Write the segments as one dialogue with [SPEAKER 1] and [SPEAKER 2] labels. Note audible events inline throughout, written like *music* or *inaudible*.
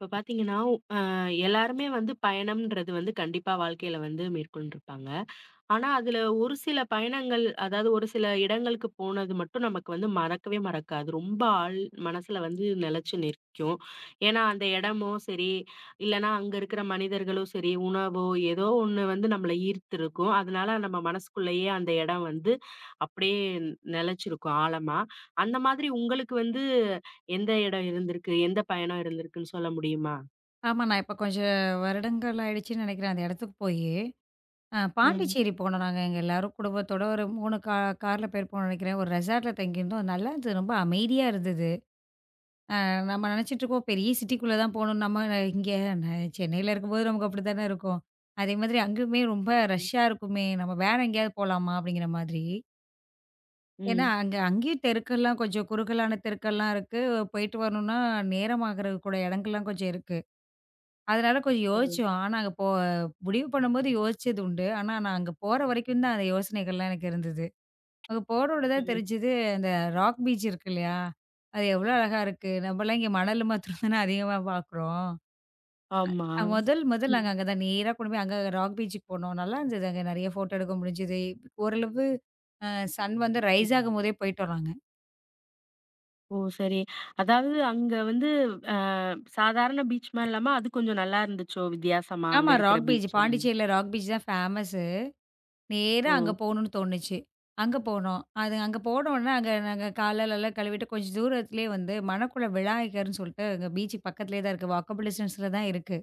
[SPEAKER 1] இப்ப பாத்தீங்கன்னா, அ எல்லாருமே வந்து பயணம்ன்றது வந்து கண்டிப்பா வாழ்க்கையில வந்து மேற்கொண்டிருப்பாங்க. ஆனா, அதுல ஒரு சில பயணங்கள், அதாவது ஒரு சில இடங்களுக்கு போனது மட்டும் நமக்கு வந்து மறக்கவே மறக்காது. ரொம்ப மனசுல வந்து நிலைச்சு நிற்கும். ஏன்னா, அந்த இடமோ சரி, இல்லன்னா அங்க இருக்கிற மனிதர்களோ சரி, உணவோ ஏதோ ஒண்ணு வந்து நம்மள ஈர்த்திருக்கும். அதனால நம்ம மனசுக்குள்ளேயே அந்த இடம் வந்து அப்படியே நிலைச்சிருக்கும் ஆழமா. அந்த மாதிரி உங்களுக்கு வந்து எந்த இடம் இருந்திருக்கு? எந்த பயணம் இருந்திருக்குன்னு சொல்ல முடியுமா?
[SPEAKER 2] ஆமா. நான் இப்ப கொஞ்சம் வருடங்கள் ஆயிடுச்சுன்னு நினைக்கிறேன். அந்த இடத்துக்கு போயி.
[SPEAKER 1] ம்.
[SPEAKER 2] பாண்டிச்சேரி போனோம் நாங்க எங்க எல்லாரும் குடும்பத்தோட ஒரு 3 கார்ல பேர் போனோம்னு நினைக்கிறேன். ஒரு ரெசார்ட்ல தங்கியிருந்தோம். நல்லாருந்தது. ரொம்ப அமைதியா இருந்தது. நம்ம நினைச்சிட்டுருக்கோம் பெரிய சிட்டிக்குள்ள தான் போணும். நம்ம இங்க ந சென்னையில இருக்கும்போது நமக்கு அப்படித்தானே இருக்கும். அதே மாதிரி அங்கயுமே ரொம்ப
[SPEAKER 1] ம்.
[SPEAKER 2] ரஷ்ஷா இருக்குமே! நம்ம வேற எங்கேயாவது போலாமா? அப்படிங்கிற மாதிரி. ஏன்னா
[SPEAKER 1] ம்.
[SPEAKER 2] அங்கேயும் தெருக்கள்லாம் கொஞ்சம் குறுகலான தெருக்கள்லாம் இருக்கு. போயிட்டு வரணும்னா நேரமாகறதுக்கு கூட இடங்கள்லாம் கொஞ்சம் இருக்கு. அதனால கொஞ்சம்
[SPEAKER 1] ஓ!
[SPEAKER 2] யோசிச்சோம். ஆனா, அங்க போ முடிவு பண்ணும்போது யோசிச்சது உண்டு. ஆனா, நான் அங்க போற வரைக்கும் தான் அந்த யோசனைகள்லாம் எனக்கு இருந்தது. அங்க போனோனே தான்
[SPEAKER 1] ம்.
[SPEAKER 2] தெரிஞ்சது, அந்த ராக் பீச் இருக்கு இல்லையா? அது எவ்வளோ அழகா இருக்கு. நம்மலாம் இங்க மணல் மாத்திரம் தானே அதிகமா பார்க்குறோம்.
[SPEAKER 1] ஆமா.
[SPEAKER 2] முதல் முதல் நாங்க
[SPEAKER 1] ம்.
[SPEAKER 2] அங்க தான் நேரா கொண்டு போய் அங்க ராக் பீச்சுக்கு போனோம். நல்லா இருந்தது. அங்க நெறைய ஃபோட்டோ எடுக்க முடிஞ்சது. ஓரளவு அ சன் வந்து
[SPEAKER 1] ம்.
[SPEAKER 2] ரைஸ் ஆகும்போதே போயிட்டோம் நாங்க.
[SPEAKER 1] ஓ! சரி. அதாவது அங்க வந்து அ சாதாரண பீச் மாரி இல்லாம அது கொஞ்சம் நல்லா இருந்துச்சோ! வித்தியாசமா அங்க
[SPEAKER 2] ஆமா,
[SPEAKER 1] இருக்கிற
[SPEAKER 2] ராக் பீச்
[SPEAKER 1] பீச்சு.
[SPEAKER 2] பாண்டிச்சேரியில ராக் பீச் தான் ஃபேமஸ். நேரா
[SPEAKER 1] ஓ!
[SPEAKER 2] அங்க போகணும்னு தோணுச்சு. அங்க போனோம். அது அங்க போனோனே, அங்க நாங்க காலெல்லாம் கழுவிட்டு கொஞ்சம் தூரத்திலேயே வந்து மணக்குள விநாயகர்ன்னு சொல்லிட்டு அங்க பீச்சுக்கு பக்கத்திலேயே தான் இருக்கு. வாக்கபிள் டிஸ்டன்ஸ்ல தான் இருக்கு.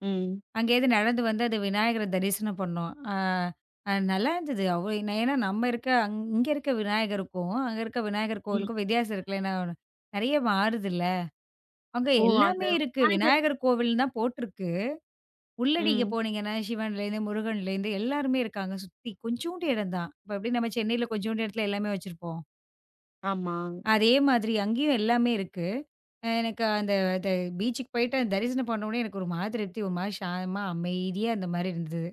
[SPEAKER 1] ம்.
[SPEAKER 2] அங்கேருந்து நடந்து வந்து அது விநாயகர தரிசனம் பண்ணோம். அ அ நல்லாருந்தது. ஏன்னா நம்ம இருக்க இங்க இருக்க விநாயகருக்கும், அங்க இருக்க விநாயகர்
[SPEAKER 1] ம்.
[SPEAKER 2] கோவிலுக்கும் வித்தியாசம் இருக்குல்ல. ஏன்னா, நெறைய மாறுதுல்ல. அங்க
[SPEAKER 1] ஓ! அந்த
[SPEAKER 2] எல்லாமே இருக்கு.
[SPEAKER 1] விநாயகர்
[SPEAKER 2] விநாயகர் கோவில்னு தான் போட்டிருக்கு. உள்ள நீங்க
[SPEAKER 1] ம்.
[SPEAKER 2] போனீங்கன்னா, சிவன்லேருந்து, முருகன்லேருந்து எல்லாருமே இருக்காங்க சுத்தி. கொஞ்சூண்டு இடம் தான். இப்ப எப்படி நம்ம சென்னையில கொஞ்சூண்டு இடத்துல எல்லாமே வச்சிருப்போம்.
[SPEAKER 1] ஆமா.
[SPEAKER 2] அதே மாதிரி அங்கேயும் எல்லாமே இருக்கு. எனக்கு அந்த அந்த பீச்சுக்கு போயிட்டு அந்த தரிசனம் பண்ண உடனே எனக்கு ஒரு மன திருப்தி, ஒரு மாரி சாந்தமா, அமைதியா அந்த மாரி இருந்தது.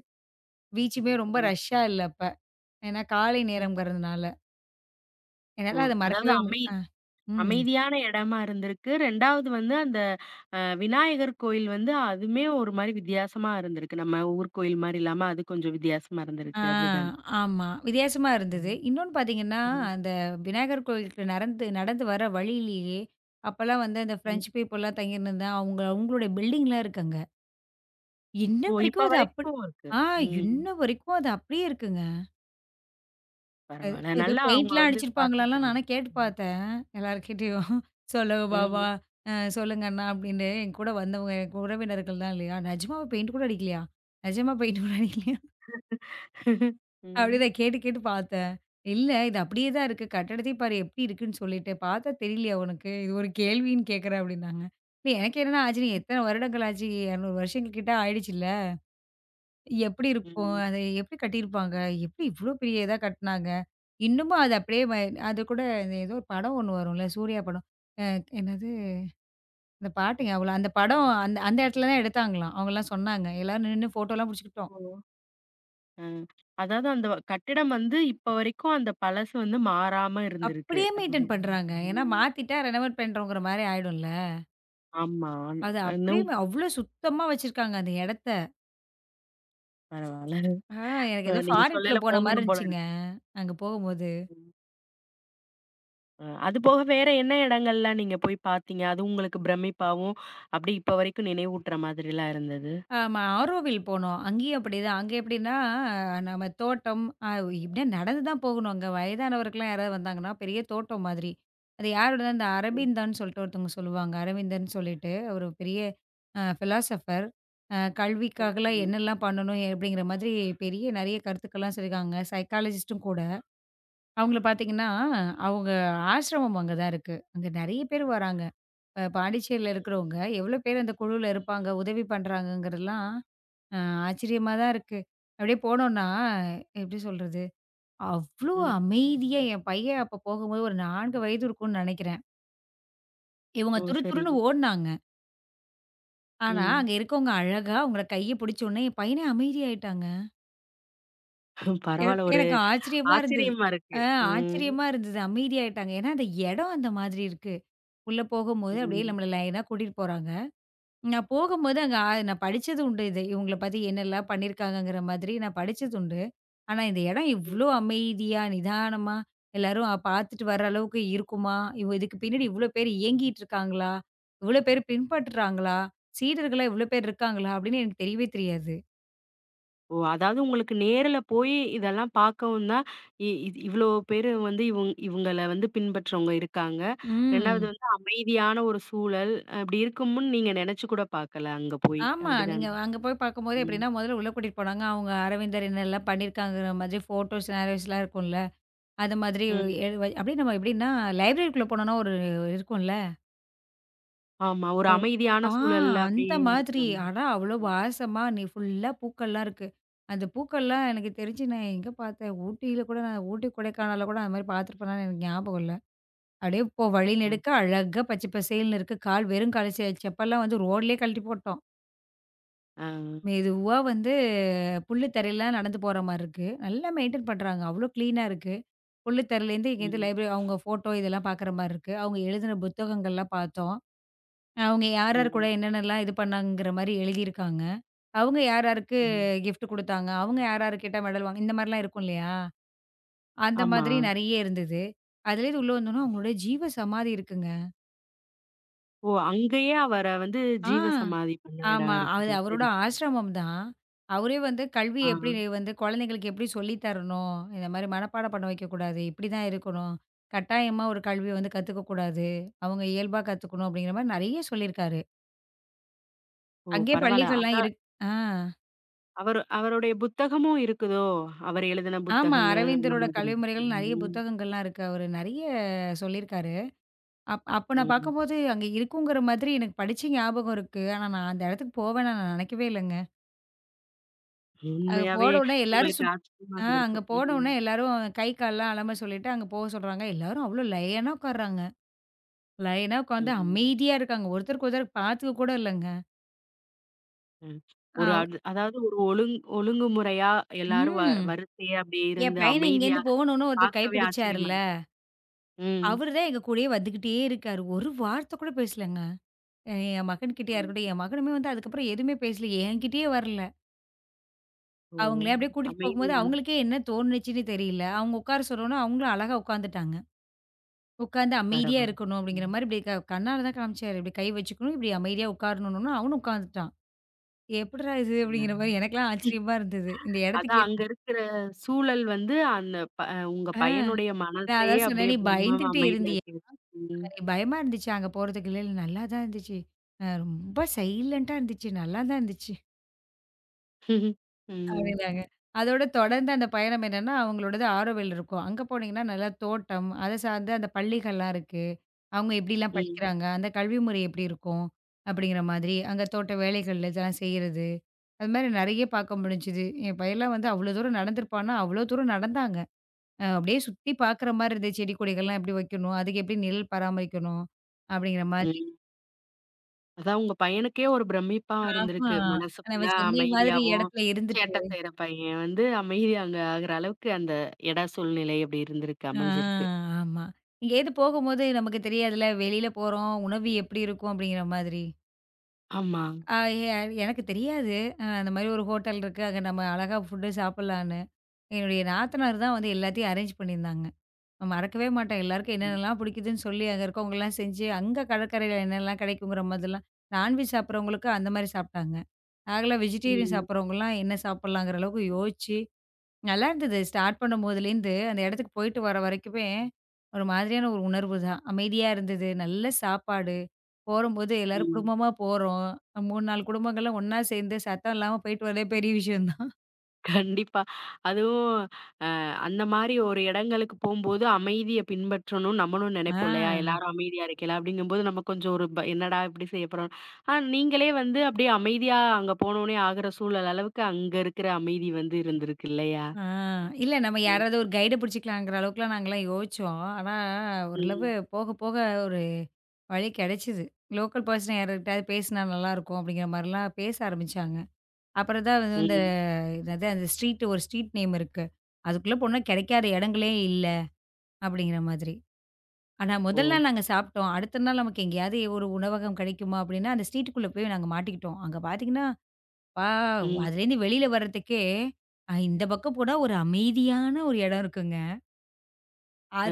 [SPEAKER 2] பீச்சுமே ரொம்ப
[SPEAKER 1] ஓ!
[SPEAKER 2] ரஷ்ஷா இல்ல அப்ப. ஏன்னா காலை
[SPEAKER 1] ம்.
[SPEAKER 2] நேரம்ங்கிறதுனால.
[SPEAKER 1] ஓ!
[SPEAKER 2] என்னால அத
[SPEAKER 1] அதாவது
[SPEAKER 2] மறக்கவே முடிய.
[SPEAKER 1] அமை
[SPEAKER 2] ம்.
[SPEAKER 1] அமைதியான இடமா இருந்திருக்கு. 2வது வந்து அந்த விநாயகர் கோயில் வந்து அதுமே ஒரு மாரி வித்தியாசமா இருந்திருக்கு. நம்ம ஊர் கோயில் மாரி இல்லாம அது கொஞ்சம் வித்தியாசமா
[SPEAKER 2] ஆ,
[SPEAKER 1] இருந்திருக்கு. அப்படிதானே?
[SPEAKER 2] ஆமா. வித்தியாசமா இருந்தது.
[SPEAKER 1] ம்.
[SPEAKER 2] இன்னொன்னு பார்த்தீங்கன்னா,
[SPEAKER 1] ம்.
[SPEAKER 2] அந்த விநாயகர் கோயிலுக்கு நடந்து நடந்து வர வழியிலேயே, அப்பலாம் வந்து அந்த
[SPEAKER 1] ம்.
[SPEAKER 2] ஃப்ரெஞ்ச் பீப்புள்லாம் தங்கியிருந்தது. அவங்க அவங்களுடைய பில்டிங்லாம் இருக்கு அங்க. இன்ன
[SPEAKER 1] ஓ!
[SPEAKER 2] வரைக்கும்
[SPEAKER 1] இப்ப
[SPEAKER 2] அது அப்படி
[SPEAKER 1] வரைக்கும் இருக்கு.
[SPEAKER 2] ஆ
[SPEAKER 1] ம்.
[SPEAKER 2] இன்ன வரைக்கும் அது அப்படியே இருக்குங்க. அது
[SPEAKER 1] பரவால்ல.
[SPEAKER 2] ஏதோ
[SPEAKER 1] நல்லா அவங்க
[SPEAKER 2] பெயிண்ட்லாம்
[SPEAKER 1] வந்து
[SPEAKER 2] அடிச்சிருப்பாங்களாலாம்
[SPEAKER 1] பார்த்துருக்காங்க.
[SPEAKER 2] நானா கேட்டு
[SPEAKER 1] ம்.
[SPEAKER 2] பார்த்தேன், எல்லார்கிட்டயும். "சொல்லுங்க பாபா,
[SPEAKER 1] ம்.
[SPEAKER 2] சொல்லுங்க அண்ணா" அப்படின்னு என் கூட வந்தவங்க, என் உறவினர்கள் தான் இல்லையா? "நிஜமாவா பெயிண்ட் கூட அடிக்கலையா? நிஜமா பெயிண்ட் கூட அடிக்கலையா?" அப்படி
[SPEAKER 1] ம்.
[SPEAKER 2] தான் கேட்டு கேட்டு பார்த்தேன். "இல்ல, இது அப்படியே தான் இருக்கு. கட்டடத்தையும் பாரு எப்படி இருக்குன்னு சொல்லிட்டு. பார்த்தா தெரியலையா உனக்கு? இது ஒரு கேள்வின்னு கேட்குற" அப்படின்னாங்க. இல்ல, எனக்கு என்னன்னா ஆச்சரியம். எத்தன வருடங்கள் ஆச்சு? 200 வருஷங்கள் கிட்ட ஆயிடுச்சுல்ல. எப்படி இருக்கும்?
[SPEAKER 1] ம்.
[SPEAKER 2] அத எப்படி கட்டியிருப்பாங்க? எப்படி இவ்ளோ பெரிய இதா கட்டுனாங்க? இன்னமும் அது அப்படியே வ அது கூட இந்த ஏதோ ஒரு படம் ஒண்ணு வரும்ல, சூர்யா படம். அ என்னது? இந்த பாட்டு ஞாபகம் இல்ல. அந்த படம் அந்த அந்த இடத்துல தான் எடுத்தாங்களாம். அவங்கலாம் சொன்னாங்க. எல்லாரும் நின்னு ஃபோட்டோலாம் புடிச்சுக்கிட்டோம்.
[SPEAKER 1] ஓ! அ. அதாவது அந்த கட்டிடம் வந்து இப்ப வரைக்கும் அந்த பழசு வந்து மாறாம இருந்திருக்கு.
[SPEAKER 2] அப்படியே மெயின்டெயின்
[SPEAKER 1] அப்படின்னு.
[SPEAKER 2] பண்றாங்க. ஏன்னா
[SPEAKER 1] ம்.
[SPEAKER 2] மாத்திட்டா ரெனோவேட் பண்றோங்கிற மாரி ஆயிடும்ல.
[SPEAKER 1] ஆமா.
[SPEAKER 2] அத அப்படியே
[SPEAKER 1] இன்னும்
[SPEAKER 2] அவ்ளோ சுத்தமா வச்சிருக்காங்க அந்த இடத்த.
[SPEAKER 1] பரவால்ல.
[SPEAKER 2] ஆ எனக்கு
[SPEAKER 1] அ
[SPEAKER 2] ஏதோ
[SPEAKER 1] நீங்க
[SPEAKER 2] ஃபாரின்குள்ள
[SPEAKER 1] சொல்லயில
[SPEAKER 2] போன மாரி
[SPEAKER 1] போகணும் போல
[SPEAKER 2] இருந்துச்சுங்க.
[SPEAKER 1] இருக்கு.
[SPEAKER 2] அங்க போகும்போது.
[SPEAKER 1] ம். அது போக வேற என்ன இடங்கள்லாம் நீங்க போய் பார்த்தீங்க? அது உங்களுக்கு பிரமிப்பாவும், அப்படியே இப்ப வரைக்கும் நினைவூட்டுற மாதிரிலாம் இருந்தது?
[SPEAKER 2] ஆமா, ஆரோவில் போனோம். அங்கேயும் அப்படிதான். அங்க எப்படின்னா நம்ம தோட்டம் இப்படியே நடந்து தான் போகணும். அங்க வயதானவருக்கெல்லாம் யாராவது வந்தாங்கன்னா, பெரிய தோட்டம் மாதிரி. அது யாரோடது அந்த
[SPEAKER 1] ம்.
[SPEAKER 2] அரவிந்தான்னு சொல்லிட்டு ஒருத்தவங்க சொல்லுவாங்க. அரவிந்தன் சொல்லிட்டு ஒரு பெரிய பிலாசபர்.
[SPEAKER 1] ஓ!
[SPEAKER 2] கல்விக்காகலாம்
[SPEAKER 1] சரி.
[SPEAKER 2] என்னெல்லாம் பண்ணணும் அப்படிங்கிற மாதிரி பெரிய நெறைய கருத்துக்கள்லாம் சொல்லியிருக்காங்க. சைக்காலஜிஸ்ட்டும் கூட. அவங்கள பார்த்தீங்கன்னா, அவங்க ஆசிரமம் அங்க தான் இருக்கு. அங்க நெறைய பேர் வராங்க. பாண்டிச்சேரியில இருக்கிறவங்க எவ்வளோ பேர் அந்த குழுவுல இருப்பாங்க, உதவி பண்றாங்கங்கிறதெல்லாம் அ ஆச்சரியமா தான் இருக்கு. அப்படியே போனோம்னா, எப்படி சொல்றது? அவ்ளோ
[SPEAKER 1] ம்.
[SPEAKER 2] அமைதியா என் பையன் அப்ப போகும்போது ஒரு 4 வயது இருக்கும்னு நெனைக்கிறேன். இவங்க
[SPEAKER 1] ஓ!
[SPEAKER 2] துரு
[SPEAKER 1] சரி.
[SPEAKER 2] துருன்னு ஓடுனாங்க. ஆனா,
[SPEAKER 1] ம்.
[SPEAKER 2] அங்க இருக்கவங்க அழகா அவங்கள கைய பிடிச்சோனே என் பையனே அமைதியாயிட்டாங்க. எனக்கு
[SPEAKER 1] பரவால்ல. ஒரு
[SPEAKER 2] எனக்கு ஆச்சரியமா இருந்தது.
[SPEAKER 1] ஆச்சரியமா
[SPEAKER 2] அ
[SPEAKER 1] இருக்கு. ம்.
[SPEAKER 2] ஆச்சரியமா இருந்தது. அமைதியாயிட்டாங்க. ஏன்னா அந்த இடம் அந்த மாதிரி இருக்கு. உள்ள போகும்போது அப்படியே
[SPEAKER 1] ம்.
[SPEAKER 2] நம்மள லைனா கூட்டிட்டு போறாங்க. நான் போகும்போது அங்க நான் படிச்சது உண்டு இது. இவங்கள பத்தி என்னெல்லாம் பண்ணியிருக்காங்கங்கிற மாதிரி நான் படிச்சது உண்டு. ஆனா இந்த இடம்
[SPEAKER 1] ம்.
[SPEAKER 2] இவ்ளோ அமைதியா, நிதானமா எல்லாரும் பார்த்துட்டு வர அளவுக்கு இருக்குமா? இதுக்கு பின்னாடி இவ்ளோ பேர் இயங்கிட்டு இருக்காங்களா? இவ்ளோ பேர் பின்பற்றுறாங்களா? சீடர்களா இவ்ளோ பேர் இருக்காங்களா? அப்படின்னு எனக்கு தெரியவே தெரியாது.
[SPEAKER 1] ஓ! அதாவது உங்களுக்கு நேர்ல போய் இதெல்லாம் பார்க்கவும் தான், இ இது இவ்ளோ பேரு வந்து இவுங்கள வந்து பின்பற்றவங்க இருக்காங்க. 2வது
[SPEAKER 2] ம்.
[SPEAKER 1] வந்து அமைதியான ஒரு சூழல். அப்படி இருக்கும்னு நீங்க நெனச்சு கூட பார்க்கல அங்க போய்.
[SPEAKER 2] ஆமா. நீங்க
[SPEAKER 1] அப்படிதானே?
[SPEAKER 2] அங்க போய் பார்க்கும்போது
[SPEAKER 1] ம்.
[SPEAKER 2] எப்படின்னா, முதல்ல உள்ள கூட்டிட்டு போனாங்க. அவங்க அரவிந்தர் என்னெல்லாம் பண்ணியிருக்காங்கங்கிற மாதிரி ஃபோட்டோஸ், நேரோஸ்லாம் இருக்கும்ல. அது மாதிரி
[SPEAKER 1] ம்.
[SPEAKER 2] எ வ அப்படியே நம்ம எப்படின்னா லைப்ரரிக்குள்ள போனோம்னா ஒரு இருக்கும்ல.
[SPEAKER 1] ஆமா. ஒரு
[SPEAKER 2] ஆ
[SPEAKER 1] அமைதியான சூழல்ல
[SPEAKER 2] அந்த
[SPEAKER 1] அப்படியே
[SPEAKER 2] மாதிரி.
[SPEAKER 1] இருக்கிற மாரி
[SPEAKER 2] ஆனா அவ்வளோ வாசமா நீ ஃபுல்லா பூக்கள்லாம் இருக்கு. அந்த பூக்கள்லாம் எனக்கு தெரிஞ்சு நான் எங்க பார்த்தேன்? ஊட்டியில கூட நான் ஊட்டி, கொடைக்கானல்ல கூட அந்த மாரி பார்த்துருப்பேனான்னு எனக்கு ஞாபகம் இல்ல. அப்படியே வழி
[SPEAKER 1] இருக்கும்.
[SPEAKER 2] நெடுக்க அழகா பச்சை பசேல்னு இருக்கு. கால் வெறும் கால் செப்பல்லாம் வந்து ரோட்லயே கழட்டி போட்டோம்.
[SPEAKER 1] ஆ.
[SPEAKER 2] மெதுவா வந்து புல்லு தரையில நடந்து போற மாரி இருக்கு. நல்லா மெயின்டெயின் பண்றாங்க. அவ்ளோ கிளீனா இருக்கு. புல்லு தரையிலேருந்து இங்கேருந்து
[SPEAKER 1] ம்.
[SPEAKER 2] லைப்ரரி அவங்க ஃபோட்டோ இதெல்லாம் பார்க்குற மாரி இருக்கு. அவங்க எழுதின புத்தகங்கள்லாம் பார்த்தோம். அவங்க யார் யார் கூட
[SPEAKER 1] ம்.
[SPEAKER 2] என்னென்னலாம் இது பண்ணாங்கங்கிற மாரி எழுதியிருக்காங்க. அவங்க யார் யாருக்கு
[SPEAKER 1] ம்.
[SPEAKER 2] கிஃப்ட் குடுத்தாங்க, அவங்க யார் யார் கிட்ட மெடல் வாங்க இந்த மாரிலாம் இருக்கும் இல்லையா? அந்த
[SPEAKER 1] ஆமா.
[SPEAKER 2] மாதிரி நெறைய இருந்தது. அதுலேருந்து உள்ள வந்தோனே அவங்களுடைய ஜீவ சமாதி இருக்குங்க.
[SPEAKER 1] ஓ! அங்கேயே அவர வந்து
[SPEAKER 2] ஆ.
[SPEAKER 1] ஜீவசமாதி பண்ண
[SPEAKER 2] ஆமா.
[SPEAKER 1] இடம்
[SPEAKER 2] அது
[SPEAKER 1] இருக்குது.
[SPEAKER 2] அவரோட
[SPEAKER 1] சரி, சரி.
[SPEAKER 2] ஆசிரமம் தான். அவரே வந்து கல்வி
[SPEAKER 1] ஆ.
[SPEAKER 2] எப்படி வந்து குழந்தைங்களுக்கு எப்படி சொல்லி தரணும், இந்த மாரி மனப்பாடம் பண்ண வைக்கக்கூடாது, இப்படிதான் இருக்கணும், கட்டாயமா ஒரு கல்விய வந்து கத்துக்கக்கூடாது, அவங்க இயல்பா கத்துக்கணும் அப்படிங்கிற மாரி நெறைய சொல்லியிருக்காரு.
[SPEAKER 1] ஓ!
[SPEAKER 2] அங்கேயே
[SPEAKER 1] பரவால்ல.
[SPEAKER 2] பள்ளிகள்லாம் இருக் ஆ.
[SPEAKER 1] அவரு அவருடைய புத்தகமும் இருக்குதோ? அவர் எழுதின
[SPEAKER 2] ஆமா.
[SPEAKER 1] புத்தகங்கள் அந்த
[SPEAKER 2] அரவிந்தரோட
[SPEAKER 1] மாதிரி
[SPEAKER 2] கல்வி
[SPEAKER 1] இருக்கு.
[SPEAKER 2] முறைகள் நெறைய
[SPEAKER 1] ம்.
[SPEAKER 2] புத்தகங்கள்லாம் இருக்கு. அவரு நெறைய சொல்லியிருக்காரு. அப்ப நான்
[SPEAKER 1] ம்.
[SPEAKER 2] பார்க்கும்போது அங்க இருக்குங்கிற மாதிரி எனக்கு படிச்சு ஞாபகம் இருக்கு. ஆனா நான் அந்த இடத்துக்கு போவேன்னு நான் நெனைக்கவே இல்லங்க. அங்க
[SPEAKER 1] உண்மையாவே
[SPEAKER 2] போனோனே எல்லாரும்
[SPEAKER 1] உங்களுக்கு
[SPEAKER 2] சுத்
[SPEAKER 1] ஆச்சரியமா
[SPEAKER 2] அங்க
[SPEAKER 1] இருந்திருக்கும்.
[SPEAKER 2] போனோனே
[SPEAKER 1] ம்.
[SPEAKER 2] எல்லாரும் கை, கால்லாம் அலம்ப சொல்லிட்டு அங்க போக சொல்றாங்க. எல்லாரும் அவ்ளோ லைனா உட்கார்றாங்க. லைனா உட்கார்ந்து
[SPEAKER 1] ம்.
[SPEAKER 2] அமைதியா இருக்காங்க. ஒருத்தருக்கு ஒருத்தர் பாத்துக்க கூட இல்லங்க.
[SPEAKER 1] ம். ஒரு
[SPEAKER 2] அவ்
[SPEAKER 1] அது அதாவது ஒரு ஒழுங்குமுறையா எல்லாரும்
[SPEAKER 2] ம்.
[SPEAKER 1] வரிசையா அப்படியே
[SPEAKER 2] என்
[SPEAKER 1] இருந்து
[SPEAKER 2] பையன இங்கேருந்து
[SPEAKER 1] அமைதியா
[SPEAKER 2] போணும்னு ஒருத்தர்
[SPEAKER 1] பார்க்கவே ஆச்சரியமா
[SPEAKER 2] கைப்பிடிச்சாருல்ல,
[SPEAKER 1] இருக்கும். ம்.
[SPEAKER 2] அவரு தான் எங்க கூடயே வந்துகிட்டே இருக்காரு. ஒரு வார்த்தை கூட பேசலங்க. அ என் மகன்கிட்டயா
[SPEAKER 1] ஆமா.
[SPEAKER 2] இருக்கட்டும், என் மகனுமே வந்து அதுக்கப்புறம் எதுவுமே பேசல. என்கிட்டயே வரல.
[SPEAKER 1] ஓ!
[SPEAKER 2] அவங்களே அப்படியே கூட்டிட்டு போகும்போது
[SPEAKER 1] அமைதியான
[SPEAKER 2] அவங்களுக்கே என்ன தோணுச்சுன்னு தெரியல. அவங்க உட்கார சொன்னோனே அவங்களும் அழகா உட்கார்ந்துட்டாங்க. உட்கார்ந்து அமைதியா
[SPEAKER 1] பரவால்ல.
[SPEAKER 2] இருக்கணும் அப்படிங்கிற
[SPEAKER 1] ம்.
[SPEAKER 2] மாரி இப்படி கண்ணால தான் காமிச்சாரு. இப்படி கை வச்சுக்கணும், இப்படி அமைதியா உட்காரணும்னோன, அவனும் உட்கார்ந்துட்டான். "எப்புட்றா இது?"
[SPEAKER 1] ஆ.
[SPEAKER 2] அப்படிங்கிற மாரி எனக்கெல்லாம்
[SPEAKER 1] ம்.
[SPEAKER 2] ஆச்சரியமா இருந்தது. இந்த இடத்துக்கு
[SPEAKER 1] அதான்
[SPEAKER 2] ஏத்
[SPEAKER 1] அங்க இருக்கிற சூழல் வந்து அந்த ப உங்க
[SPEAKER 2] ஆ
[SPEAKER 1] பையனுடைய
[SPEAKER 2] நான்
[SPEAKER 1] மனசையே
[SPEAKER 2] அதான் சொன்னேன்,
[SPEAKER 1] அப்படியே
[SPEAKER 2] "நீ
[SPEAKER 1] பிரம்மமா
[SPEAKER 2] பயந்துகிட்டே இருந்தியா?
[SPEAKER 1] அமைதியாக்கிருச்சு. ம்.
[SPEAKER 2] நீ பயமா இருந்துச்சா அங்க போறதுக்கு?" "இல்ல, இல்ல, நல்லா தான் இருந்துச்சு. ரொம்ப சைலன்ட்டா இருந்துச்சு. நல்லா தான் இருந்துச்சு."
[SPEAKER 1] ம்ஹ்ம். ம்.
[SPEAKER 2] அப்படின்னாங்க. அதோட தொடர்ந்து அந்த பயணம் என்னன்னா, அவங்களோடது ஆரோவில் இருக்கும். அங்க போனீங்கன்னா, நல்லா தோட்டம், அத சார்ந்து அந்த பள்ளிகள்லாம் இருக்கு. அவங்க எப்படிலாம்
[SPEAKER 1] ம்.
[SPEAKER 2] படிக்கிறாங்க? அந்த கல்வி முறை எப்படி இருக்கும்? அப்படிங்கிற மாதிரி. அங்க தோட்ட வேலைகள் இதெல்லாம் செய்றது. அது மாரி நெறைய பார்க்க முடிஞ்சுது. என் பையன்லாம் வந்து அவ்வளோ தூரம் நடந்திருப்பான்னா, அவ்வளோ தூரம் நடந்தாங்க. அப்படியே சுத்தி பார்க்குற மாரி இருந்துது. செடி கொடிகள்லாம் எப்படி வைக்கணும்? அதுக்கு எப்படி நிழல் பராமரிக்கணும்? அப்படிங்கிற மாதிரி.
[SPEAKER 1] ம். அதான் உங்க பையனுக்கே ஒரு பிரமிப்பா
[SPEAKER 2] ஆமா.
[SPEAKER 1] இருந்திருக்கு. மனசு
[SPEAKER 2] நம்ம
[SPEAKER 1] ஃபுல்லா
[SPEAKER 2] சென்னை மாதிரி
[SPEAKER 1] அமைதியாவும்,
[SPEAKER 2] இடத்துல இருந்துட்டு
[SPEAKER 1] சேட்டை செய்ற பையன் வந்து அமைதியா அங்க ஆகுற அளவுக்கு அந்த இட சூழ்நிலை அப்படி இருந்திருக்கு,
[SPEAKER 2] ஆ
[SPEAKER 1] அமைஞ்சிருக்கு.
[SPEAKER 2] ஆமா. எங்கேயாவது போகும்போது நமக்கு தெரியாதுல்ல, வெளியில போறோம், உணவு எப்படி இருக்கும் அப்படிங்கிற மாதிரி.
[SPEAKER 1] ஆமா.
[SPEAKER 2] அ எ எனக்கு தெரியாது. அந்த மாரி ஒரு ஹோட்டல் இருக்கு. அங்க நம்ம அழகா ஃபுட்டு சாப்பிடலான்னு. என்னுடைய நாத்தனார் தான் வந்து எல்லாத்தையும் அரேஞ்ச் பண்ணியிருந்தாங்க. நான் மறக்கவே மாட்டேன். எல்லாருக்கும்
[SPEAKER 1] ம்.
[SPEAKER 2] என்னென்னலாம் பிடிக்குதுன்னு சொல்லி, அங்க இருக்கவங்கலாம் செஞ்சு, அங்க கடற்கரையில என்னெல்லாம் கிடைக்குங்கிற மாதிரிலாம் நான்வெஜ் சாப்பிடுறவங்களுக்கு அந்த மாரி சாப்பிட்டாங்க. நாங்கலாம் வெஜிடேரியன்
[SPEAKER 1] ம்.
[SPEAKER 2] சாப்பிடுறவங்கலாம் என்ன சாப்பிடலாங்கிற அளவுக்கு யோசிச்சு நல்லா இருந்தது. ஸ்டார்ட் பண்ணும்போதுலேருந்து, அந்த இடத்துக்கு போயிட்டு வர வரைக்குமே, ஒரு மாதிரியான ஒரு உணர்வு தான். அமைதியா இருந்தது. நல்ல சாப்பாடு. போறம்போது எல்லாரும்
[SPEAKER 1] ம்.
[SPEAKER 2] குடும்பமா போறோம். 3 4 குடும்பங்கள்லாம் ஒண்ணா சேர்ந்து சத்தம் இல்லாம போயிட்டு வரதே பெரிய விஷயம் தான்.
[SPEAKER 1] கண்டிப்பா. அதுவும் அந்த மாரி ஒரு இடங்களுக்கு போம்போது அமைதிய பின்பற்றணும்னு நம்மளும் நெனைப்போம் இல்லையா?
[SPEAKER 2] ஆ,
[SPEAKER 1] எல்லாரும் அமைதியா இருக்கையில, அப்படிங்கும்போது நம்ம கொஞ்சம் ஒரு ப என்னடா இப்படி செய்ய போறோம். ஆனா நீங்களே வந்து அப்படியே அமைதியா அங்க போனோனே ஆகுற சூழல் அளவுக்கு அங்க இருக்கிற அமைதி வந்து இருந்திருக்கு இல்லையா?
[SPEAKER 2] ஆ. இல்ல, நம்ம
[SPEAKER 1] ம்,
[SPEAKER 2] யாராவது ஒரு கைட பிடிச்சுக்கலாங்கிற அளவுக்குலாம் நாங்கலாம் யோசிச்சோம். ஆனா, ஓரளவு
[SPEAKER 1] ம்,
[SPEAKER 2] போக போக ஒரு வழி கிடைச்சது. லோக்கல் பர்சன் யார்கிட்டயாவது பேசினா நல்லாயிருக்கும், அப்படிங்கிற மாரிலாம் பேச ஆரம்பிச்சாங்க. அப்புறம் தான் வந்து இந்த
[SPEAKER 1] ம்.
[SPEAKER 2] என்னது அந்த ஸ்ட்ரீட் ஒரு ஸ்ட்ரீட் நேம் இருக்கு. அதுக்குள்ள போனா கிடைக்காத இடங்களே இல்ல அப்படிங்கிற மாதிரி. ஆனா
[SPEAKER 1] ஓ!
[SPEAKER 2] முதல் நாள் நாங்க சாப்பிட்டோம். அடுத்த நாள் நமக்கு எங்கேயாவது ஒரு உணவகம் கிடைக்குமா அப்படின்னா, அந்த ஸ்ட்ரீட்டுக்குள்ள போய் நாங்க மாட்டிக்கிட்டோம். அங்க பார்த்தீங்கன்னா, அப்பா!
[SPEAKER 1] ம்.
[SPEAKER 2] அதுலேருந்து வெளியில வர்றதுக்கே இந்த பக்கம் போனா ஒரு அமைதியான ஒரு இடம் இருக்குங்க.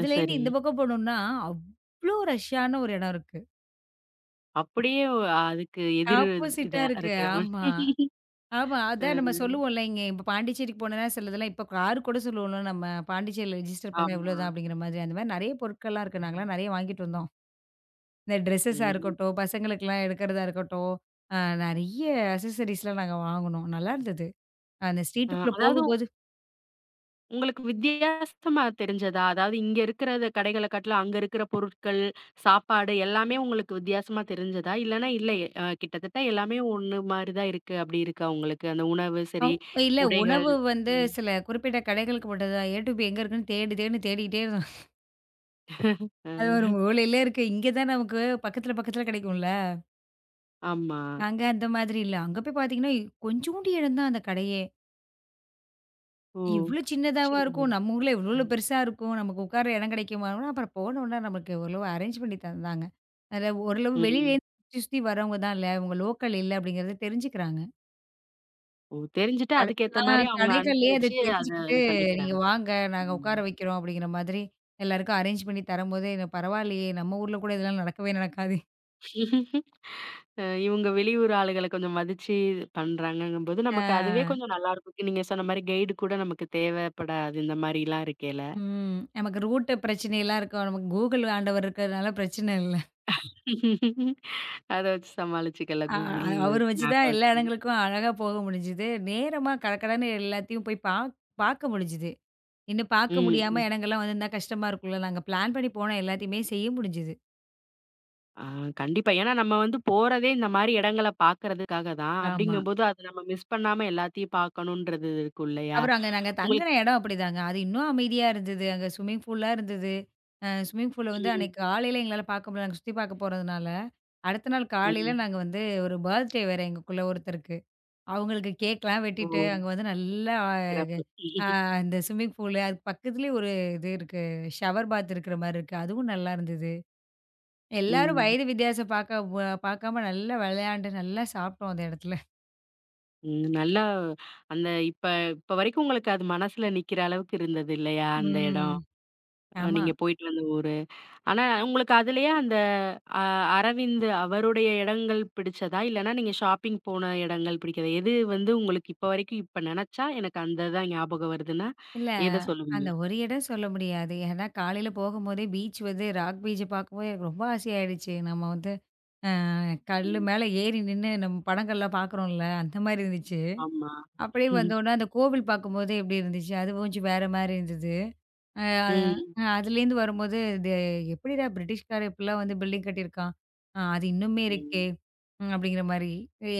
[SPEAKER 1] அ சரி.
[SPEAKER 2] இந்த பக்கம் போனோம்னா, அவ்ளோ ரஷ்ஷான ஒரு இடம் இருக்கு.
[SPEAKER 1] அப்படியே ஒ அதுக்கு எதிர்
[SPEAKER 2] ஆப்போசிட்டா
[SPEAKER 1] இதா
[SPEAKER 2] இருக்கு.
[SPEAKER 1] இருக்கிறவன்.
[SPEAKER 2] ஆமா. ஆமா. அதான் நம்ம
[SPEAKER 1] ம்.
[SPEAKER 2] சொல்லுவோம்ல, இங்க இப்ப பாண்டிச்சேரிக்கு போனோம்னா சிலதெல்லாம் இப்ப கார் கூட சொல்லுவோம்ல, நம்ம பாண்டிச்சேரியில ரெஜிஸ்டர் பண்ணா
[SPEAKER 1] ஆமா.
[SPEAKER 2] இவ்வளோதான் அப்படிங்கிற மாதிரி. அந்த மாதிரி நெறைய பொருட்கள்லாம் இருக்கு. நாங்கலாம் நெறைய வாங்கிட்டு வந்தோம். இந்த ட்ரெஸ்ஸஸா
[SPEAKER 1] ம்.
[SPEAKER 2] இருக்கட்டும், பசங்களுக்கெல்லாம் எடுக்கிறதா இருக்கட்டும், அ நெறைய அக்சஸரீஸ்லாம் நாங்க வாங்குனோம். நல்லா இருந்தது. அந்த ஸ்ட்ரீட்டுக்குள்ள
[SPEAKER 1] அதாவது
[SPEAKER 2] போகும்போது
[SPEAKER 1] உங்களுக்கு வித்தியாசமா தெரிஞ்சதா? அதாவது இங்க இருக்கிறத கடைகள காட்டிலும் அங்க இருக்கிற பொருட்கள், சாப்பாடு எல்லாமே உங்களுக்கு வித்தியாசமா தெரிஞ்சதா? இல்லன்னா இல்ல கிட்டத்தட்ட எல்லாமே ஒண்ணு மாரி தான் இருக்கு அப்படி இருக்கா உங்களுக்கு? அந்த உணவு
[SPEAKER 2] அவ்
[SPEAKER 1] சரி,
[SPEAKER 2] இல்ல,
[SPEAKER 1] உடைகள்.
[SPEAKER 2] உணவு வந்து
[SPEAKER 1] ம்.
[SPEAKER 2] சில குறிப்பிட்ட கடைகளுக்கு மட்டும் தான். ஏ டூ பி எங்க இருக்குன்னு தேடி தேடி தேடிக்கிட்டே இருந்தோம்.
[SPEAKER 1] அ
[SPEAKER 2] அது ஒரு மூலையில இருக்கு. இங்க தான் நமக்கு பக்கத்துல பக்கத்துல கிடைக்கும்ல.
[SPEAKER 1] ஆமா.
[SPEAKER 2] அங்க அந்த மாதிரி இல்ல. அங்க போய் பார்த்தீங்கன்னா, கொஞ்சூண்டு இடம் தான் அந்த கடையே.
[SPEAKER 1] ஓ!
[SPEAKER 2] இவ்ளோ சின்னதாவா
[SPEAKER 1] சரிங்க.
[SPEAKER 2] இருக்கும். நம்ம ஊர்ல இவ்ளோ
[SPEAKER 1] ம்.
[SPEAKER 2] பெருசா இருக்கும். நமக்கு உட்கார இடம் கிடைக்குமா? அப்புறம் போனோனே நமக்கு ஓரளவு அரேஞ்ச் பண்ணி தந்தாங்க. அதுல ஓரளவு
[SPEAKER 1] ம்.
[SPEAKER 2] வெளியிலேருந்து சுத்தி சுத்தி வரவங்க தான் இல்ல. இவங்க லோக்கல் இல்ல அப்படிங்கிறத தெரிஞ்சுக்கிறாங்க.
[SPEAKER 1] ஓ! தெரிஞ்சுட்டு
[SPEAKER 2] கடை
[SPEAKER 1] அதுக்கேத்த
[SPEAKER 2] ஆ
[SPEAKER 1] மாரி அவங்க
[SPEAKER 2] கடைகள்லயே அத
[SPEAKER 1] அனுசரிச்சு அத
[SPEAKER 2] தெரிஞ்சுக்கிட்டு,
[SPEAKER 1] இது
[SPEAKER 2] "நீங்க
[SPEAKER 1] பண்ணிக்கிறாங்க.
[SPEAKER 2] வாங்க, நாங்க உட்கார வைக்கிறோம்." அப்படிங்கிற மாதிரி எல்லாருக்கும் அரேஞ்ச் பண்ணி தரும்போது, எனக்கு பரவாயில்லையே! நம்ம ஊர்ல கூட இதெல்லாம் நடக்கவே நடக்காதே!
[SPEAKER 1] ம். இவங்க வெளியூர் ஆளுகள கொஞ்சம் மதிச்சு பண்றாங்கங்கும்போது,
[SPEAKER 2] ஆ,
[SPEAKER 1] நமக்கு அதுவே கொஞ்சம் நல்லாயிருக்கும். நீங்க சொன்ன மாரி கைடு கூட நமக்கு தேவைப்படாது. இந்த மாரிலாம் இருக்கையில.
[SPEAKER 2] ம். நமக்கு ரூட் பிரச்சனைலாம் இருக்கும். நமக்கு Google ஆண்டவர் இருக்கிறதுனால பிரச்சனை இல்ல.
[SPEAKER 1] *laughs* அத வச்சு சமாளிச்சுக்கலாம்.
[SPEAKER 2] ஆ
[SPEAKER 1] Google
[SPEAKER 2] அவர வச்சு
[SPEAKER 1] மேப்ப
[SPEAKER 2] தான் எல்லா
[SPEAKER 1] வச்சு.
[SPEAKER 2] இடங்களுக்கும் அழகா போக முடிஞ்சுது. நேரமா கடகடன்னு எல்லாத்தையும் போய் பாக் பார்க்க முடிஞ்சுது. இன்னும் பார்க்க
[SPEAKER 1] ம்,
[SPEAKER 2] முடியாம
[SPEAKER 1] ம்.
[SPEAKER 2] இடங்கள்லாம் வந்திருந்தா கஷ்டமா இருக்கும்ல. நாங்க பிளான் பண்ணி போன எல்லாத்தையுமே செய்ய முடிஞ்சுது.
[SPEAKER 1] ஆ கண்டிப்பா. ஏன்னா நம்ம வந்து போறதே இந்த மாரி இடங்கள பார்க்கறதுக்காக தான்.
[SPEAKER 2] ஆமா.
[SPEAKER 1] அப்படிங்கும்போது அத நம்ம மிஸ் பண்ணாம எல்லாத்தையும் பார்க்கணுன்றது இருக்கும் இல்லையா?
[SPEAKER 2] அப்புறம் அங்க நாங்க தங்குன
[SPEAKER 1] உங்களுக்கு
[SPEAKER 2] இடம் அப்படிதாங்க. அது இன்னும் அமைதியா இருந்தது. அங்க ஸ்விம்மிங் பூல்லாம் இருந்தது. ஸ்விம்மிங் பூல வந்து அன்னைக்கு
[SPEAKER 1] ம்,
[SPEAKER 2] காலையில எங்களால பார்க்க முடியல. நாங்க சுத்தி பார்க்க போறதுனால. அடுத்த நாள் காலையில
[SPEAKER 1] ம்.
[SPEAKER 2] நாங்க வந்து ஒரு பர்த்டே வேற எங்களுக்குள்ள ஒருத்தருக்கு. அவங்களுக்கு கேக்லாம்
[SPEAKER 1] ஓ!
[SPEAKER 2] வெட்டிட்டு, அங்க வந்து நல்லா
[SPEAKER 1] சிறப்பு.
[SPEAKER 2] அ
[SPEAKER 1] *laughs*
[SPEAKER 2] இந்த ஸ்விம்மிங் பூலு அதுக்கு பக்கத்துலயே ஒரு இது இருக்கு. ஷவர் பாத் இருக்கிற மாரி இருக்கு. அதுவும் நல்லா இருந்தது. எல்லாரும்
[SPEAKER 1] ம்.
[SPEAKER 2] வயது வித்தியாசம் பாக்க வ பாக்காம நல்லா விளையாண்டு, நல்லா சாப்பிட்டோம் அந்த இடத்துல.
[SPEAKER 1] ம். நல்லா அந்த இப்ப இப்ப வரைக்கும் உங்களுக்கு அது மனசுல நிக்கிற அளவுக்கு இருந்தது இல்லையா? அந்த
[SPEAKER 2] ம்.
[SPEAKER 1] இடம். அ
[SPEAKER 2] ஆமா.
[SPEAKER 1] நீங்க போயிட்டு வந்த ஊரு. ஆனா உங்களுக்கு அதுலயே அந்த அ அரவிந்த் அவருடைய இடங்கள் பிடிச்சதா? இல்லன்னா நீங்க ஷாப்பிங் போன இடங்கள் பிடிக்குதா? எது வந்து உங்களுக்கு இப்ப வரைக்கும் இப்ப நெனச்சா எனக்கு அந்த தான் ஞாபகம் வருதுன்னா,
[SPEAKER 2] இல்ல,
[SPEAKER 1] எத சொல்லுவீங்க?
[SPEAKER 2] அந்த ஒரு இடம் சொல்ல முடியாது. ஏன்னா காலையில போகும்போதே பீச் வந்து ராக் பீச்ச பாக்கும்போது எனக்கு ரொம்ப ஆசையாயிடுச்சு. நம்ம வந்து அ கல்லு
[SPEAKER 1] ம்.
[SPEAKER 2] மேல ஏறி நின்னு நம்ம படங்கள்லாம் பாக்குறோம்ல, அந்த மாரி இருந்துச்சு.
[SPEAKER 1] ஆமா.
[SPEAKER 2] அப்படியே
[SPEAKER 1] *laughs*
[SPEAKER 2] வந்தோனே, அந்த கோவில் பார்க்கும்போது எப்படி இருந்துச்சு? அது கொஞ்சம் வேற மாரி இருந்தது. அ
[SPEAKER 1] ம். ம்.
[SPEAKER 2] அ அதுலேருந்து வரும்போது, இது எப்படிடா பிரிட்டிஷ்காரன் இப்படிலாம் வந்து பில்டிங் கட்டியிருக்கான்? அது இன்னுமே இருக்கே!
[SPEAKER 1] ம்.
[SPEAKER 2] அப்படிங்கிற மாரி.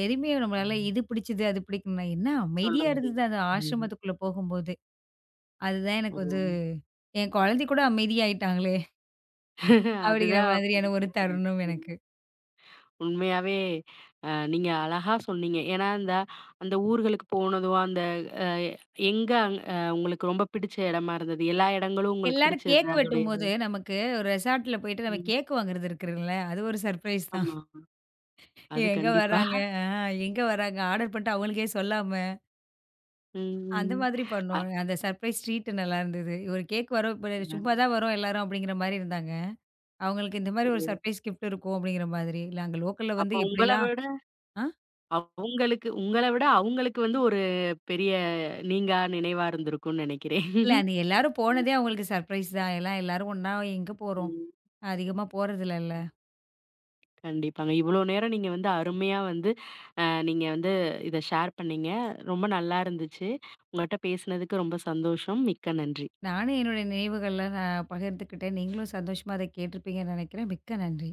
[SPEAKER 2] எதுவுமே
[SPEAKER 1] ஆ.
[SPEAKER 2] நம்மளால இது பிடிச்சது, அது பிடிக்கணும்னா என்ன
[SPEAKER 1] சொல்ல
[SPEAKER 2] அமைதியா
[SPEAKER 1] முடியாது.
[SPEAKER 2] இருந்தது அந்த
[SPEAKER 1] ம்.
[SPEAKER 2] ஆசிரமத்துக்குள்ள போகும்போது. அதுதான்
[SPEAKER 1] ஓ!
[SPEAKER 2] எனக்கு வந்து என் குழந்தை கூட அமைதியாயிட்டாங்களே!
[SPEAKER 1] *laughs*
[SPEAKER 2] அப்படிங்கிற
[SPEAKER 1] அதுதான்
[SPEAKER 2] மாதிரியான ஒரு
[SPEAKER 1] பெருசா தெரியுது.
[SPEAKER 2] தருணம்
[SPEAKER 1] ம்.
[SPEAKER 2] எனக்கு.
[SPEAKER 1] உண்மையாவே நீங்க அழகா சொன்னீங்க. ஏன்னா, இந்த அந்த ஊர்களுக்கு போனதும், அந்த எங்க அங் அ உங்களுக்கு ரொம்ப பிடிச்ச இடமா இருந்தது? எல்லா இடங்களும் உங்களுக்கு
[SPEAKER 2] எல்லாரும்
[SPEAKER 1] பிடிச்சது
[SPEAKER 2] கேக்
[SPEAKER 1] அதோடையது?
[SPEAKER 2] வெட்டும்போது, நமக்கு ஒரு ரெசார்ட்ல போயிட்டு நம்ம
[SPEAKER 1] ம்.
[SPEAKER 2] கேக் வாங்குறது இருக்குல்ல, அது ஒரு சர்ப்ரைஸ் தான்.
[SPEAKER 1] ஆமா. அது
[SPEAKER 2] எங்க
[SPEAKER 1] கண்டிப்பா.
[SPEAKER 2] வராங்க? ஆ எங்க வராங்க? ஆர்டர் பண்ணிட்டு அவங்களுக்கே சொல்லாம,
[SPEAKER 1] ம்,
[SPEAKER 2] அந்த
[SPEAKER 1] ம்.
[SPEAKER 2] மாதிரி பண்ணோம்.
[SPEAKER 1] அது
[SPEAKER 2] அந்த சர்ப்ரைஸ் ட்ரீட் நல்லாருந்தது. ஒரு கேக் வரும் இப்ப சும்மா தான் வரோம் எல்லாரும் அப்படிங்கிற மாரி இருந்தாங்க. அவங்களுக்கு இந்த
[SPEAKER 1] ஓ!
[SPEAKER 2] மாரி ஒரு சர்ப்ரைஸ் கிஃப்ட் இருக்கும் அப்படிங்கிற மாதிரி. இல்ல அங்க லோக்கல்ல
[SPEAKER 1] அப்போ
[SPEAKER 2] வந்து
[SPEAKER 1] உங்கள
[SPEAKER 2] எப்படிலாம்
[SPEAKER 1] விட
[SPEAKER 2] ஆ
[SPEAKER 1] அவங்களுக்கு உங்கள விட அவங்களுக்கு வந்து ஒரு பெரிய நீங்கா நினைவா இருந்திருக்கும்னு நினைக்கிறேன்.
[SPEAKER 2] இல்ல, அன்னை எல்லாரும் போனதே அவங்களுக்கு சர்ப்ரைஸ் தான். எல்லாம் எல்லாரும் ஒண்ணா எங்க போறோம்?
[SPEAKER 1] ம்.
[SPEAKER 2] அதிகமா போறதில்லல்ல.
[SPEAKER 1] கண்டிப்பாங்க. இவ்வளோ நேரம் நீங்க வந்து அருமையா வந்து அ நீங்க வந்து இத ஷேர் பண்ணீங்க. ரொம்ப நல்லா இருந்துச்சு. உங்கள்ட்ட பேசினதுக்கு ரொம்ப சந்தோஷம். மிக்க நன்றி.
[SPEAKER 2] நானும் என்னுடைய நினைவுகள்லாம் நான் பகிர்ந்துக்கிட்டேன். நீங்களும் சந்தோஷமா அத கேட்டிருப்பீங்கன்னு நெனைக்கிறேன். மிக்க நன்றி.